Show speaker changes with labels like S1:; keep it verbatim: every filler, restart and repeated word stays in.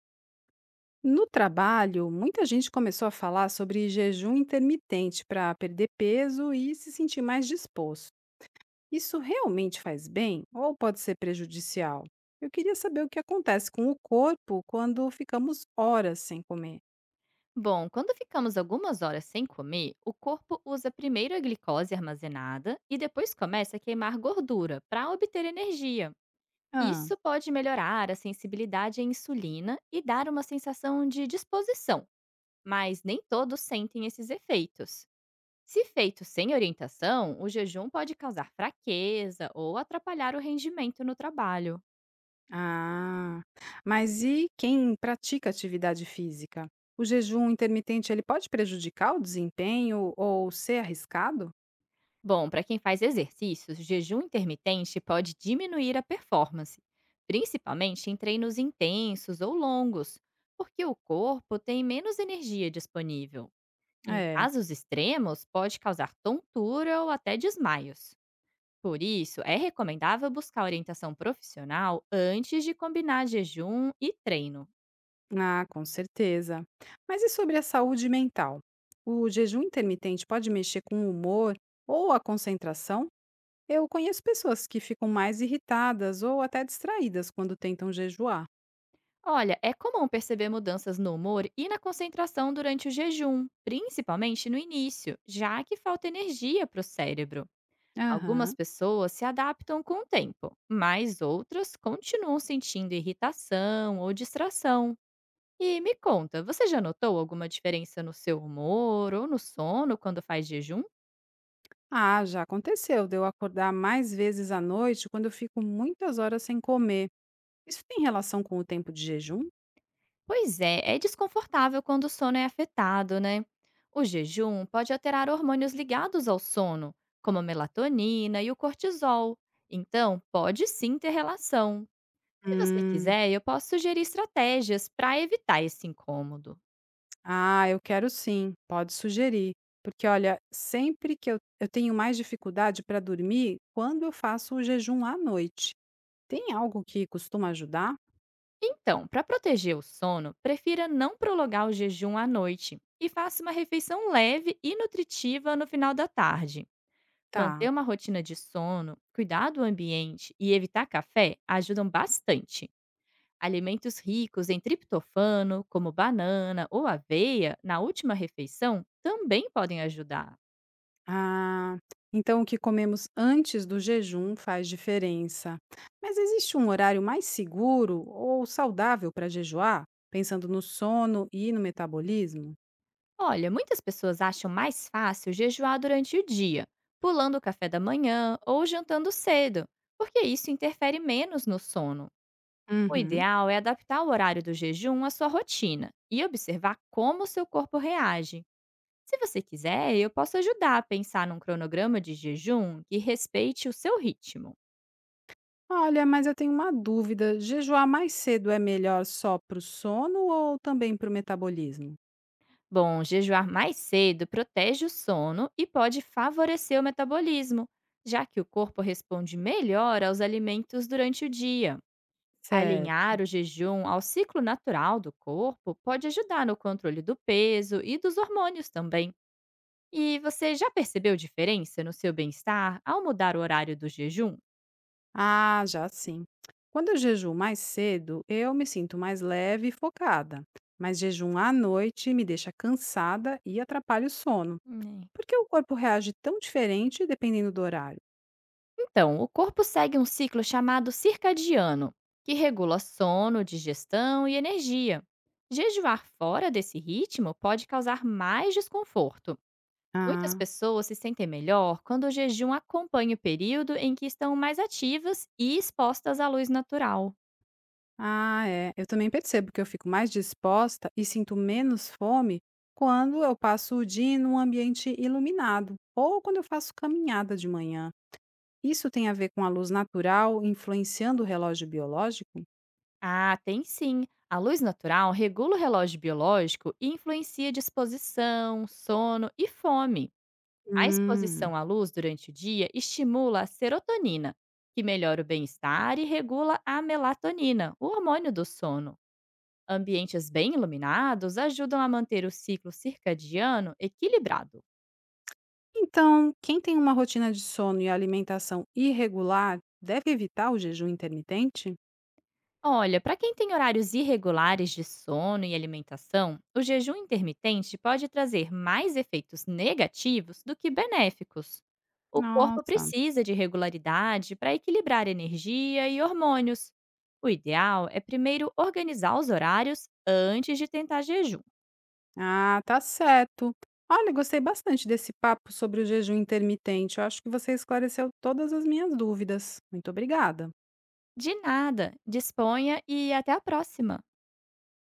S1: No trabalho, muita gente começou a falar sobre jejum intermitente para perder peso e se sentir mais disposto. Isso realmente faz bem ou pode ser prejudicial? Eu queria saber o que acontece com o corpo quando ficamos horas sem comer.
S2: Bom, quando ficamos algumas horas sem comer, o corpo usa primeiro a glicose armazenada e depois começa a queimar gordura para obter energia.
S1: Ah,
S2: Isso pode melhorar a sensibilidade à insulina e dar uma sensação de disposição, mas nem todos sentem esses efeitos. Se feito sem orientação, o jejum pode causar fraqueza ou atrapalhar o rendimento no trabalho.
S1: ah, mas e quem pratica atividade física? O jejum intermitente ele pode prejudicar o desempenho ou ser arriscado?
S2: Bom, para quem faz exercícios, jejum intermitente pode diminuir a performance, principalmente em treinos intensos ou longos, porque o corpo tem menos energia disponível. Em
S1: É.
S2: casos extremos, pode causar tontura ou até desmaios. Por isso, é recomendável buscar orientação profissional antes de combinar jejum e treino.
S1: Ah, com certeza. Mas e sobre a saúde mental? O jejum intermitente pode mexer com o humor ou a concentração? Eu conheço pessoas que ficam mais irritadas ou até distraídas quando tentam jejuar.
S2: Olha, é comum perceber mudanças no humor e na concentração durante o jejum, principalmente no início, já que falta energia para o cérebro. Algumas
S1: Aham.
S2: pessoas se adaptam com o tempo, mas outras continuam sentindo irritação ou distração. E me conta, você já notou alguma diferença no seu humor ou no sono quando faz jejum?
S1: Ah, já aconteceu de eu acordar mais vezes à noite quando eu fico muitas horas sem comer. Isso tem relação com o tempo de jejum?
S2: Pois é, é desconfortável quando o sono é afetado, né? O jejum pode alterar hormônios ligados ao sono, como a melatonina e o cortisol. Então, pode sim ter relação. Se você
S1: Hum.
S2: quiser, eu posso sugerir estratégias para evitar esse incômodo.
S1: Ah, eu quero sim, pode sugerir. Porque olha, sempre que eu, eu tenho mais dificuldade para dormir quando eu faço o jejum à noite. Tem algo que costuma ajudar?
S2: Então, para proteger o sono, prefira não prolongar o jejum à noite e faça uma refeição leve e nutritiva no final da tarde.
S1: Tá.
S2: Manter uma rotina de sono, cuidar do ambiente e evitar café ajudam bastante. Alimentos ricos em triptofano, como banana ou aveia, na última refeição, também podem ajudar.
S1: Ah, então o que comemos antes do jejum faz diferença. Mas existe um horário mais seguro ou saudável para jejuar, pensando no sono e no metabolismo?
S2: Olha, muitas pessoas acham mais fácil jejuar durante o dia, pulando o café da manhã ou jantando cedo, porque isso interfere menos no sono. O
S1: Uhum.
S2: ideal é adaptar o horário do jejum à sua rotina e observar como o seu corpo reage. Se você quiser, eu posso ajudar a pensar num cronograma de jejum que respeite o seu ritmo.
S1: Olha, mas eu tenho uma dúvida. Jejuar mais cedo é melhor só para o sono ou também para o metabolismo?
S2: Bom, jejuar mais cedo protege o sono e pode favorecer o metabolismo, já que o corpo responde melhor aos alimentos durante o dia.
S1: Certo.
S2: Alinhar o jejum ao ciclo natural do corpo pode ajudar no controle do peso e dos hormônios também. E você já percebeu diferença no seu bem-estar ao mudar o horário do jejum?
S1: Ah, já sim. Quando eu jejuo mais cedo, eu me sinto mais leve e focada. Mas jejum à noite me deixa cansada e atrapalha o sono. Por que o corpo reage tão diferente dependendo do horário?
S2: Então, o corpo segue um ciclo chamado circadiano, que regula sono, digestão e energia. Jejuar fora desse ritmo pode causar mais desconforto. Muitas
S1: Ah.
S2: pessoas se sentem melhor quando o jejum acompanha o período em que estão mais ativas e expostas à luz natural.
S1: Ah, é. Eu também percebo que eu fico mais disposta e sinto menos fome quando eu passo o dia em um ambiente iluminado ou quando eu faço caminhada de manhã. Isso tem a ver com a luz natural influenciando o relógio biológico?
S2: Ah, tem sim! A luz natural regula o relógio biológico e influencia disposição, sono e fome. A
S1: Hum.
S2: exposição à luz durante o dia estimula a serotonina, que melhora o bem-estar e regula a melatonina, o hormônio do sono. Ambientes bem iluminados ajudam a manter o ciclo circadiano equilibrado.
S1: Então, quem tem uma rotina de sono e alimentação irregular deve evitar o jejum intermitente?
S2: Olha, para quem tem horários irregulares de sono e alimentação, o jejum intermitente pode trazer mais efeitos negativos do que benéficos. O corpo
S1: Nossa.
S2: precisa de regularidade para equilibrar energia e hormônios. O ideal é primeiro organizar os horários antes de tentar jejum.
S1: Ah, tá certo. Olha, gostei bastante desse papo sobre o jejum intermitente. Eu acho que você esclareceu todas as minhas dúvidas. Muito obrigada.
S2: De nada, disponha e até a próxima!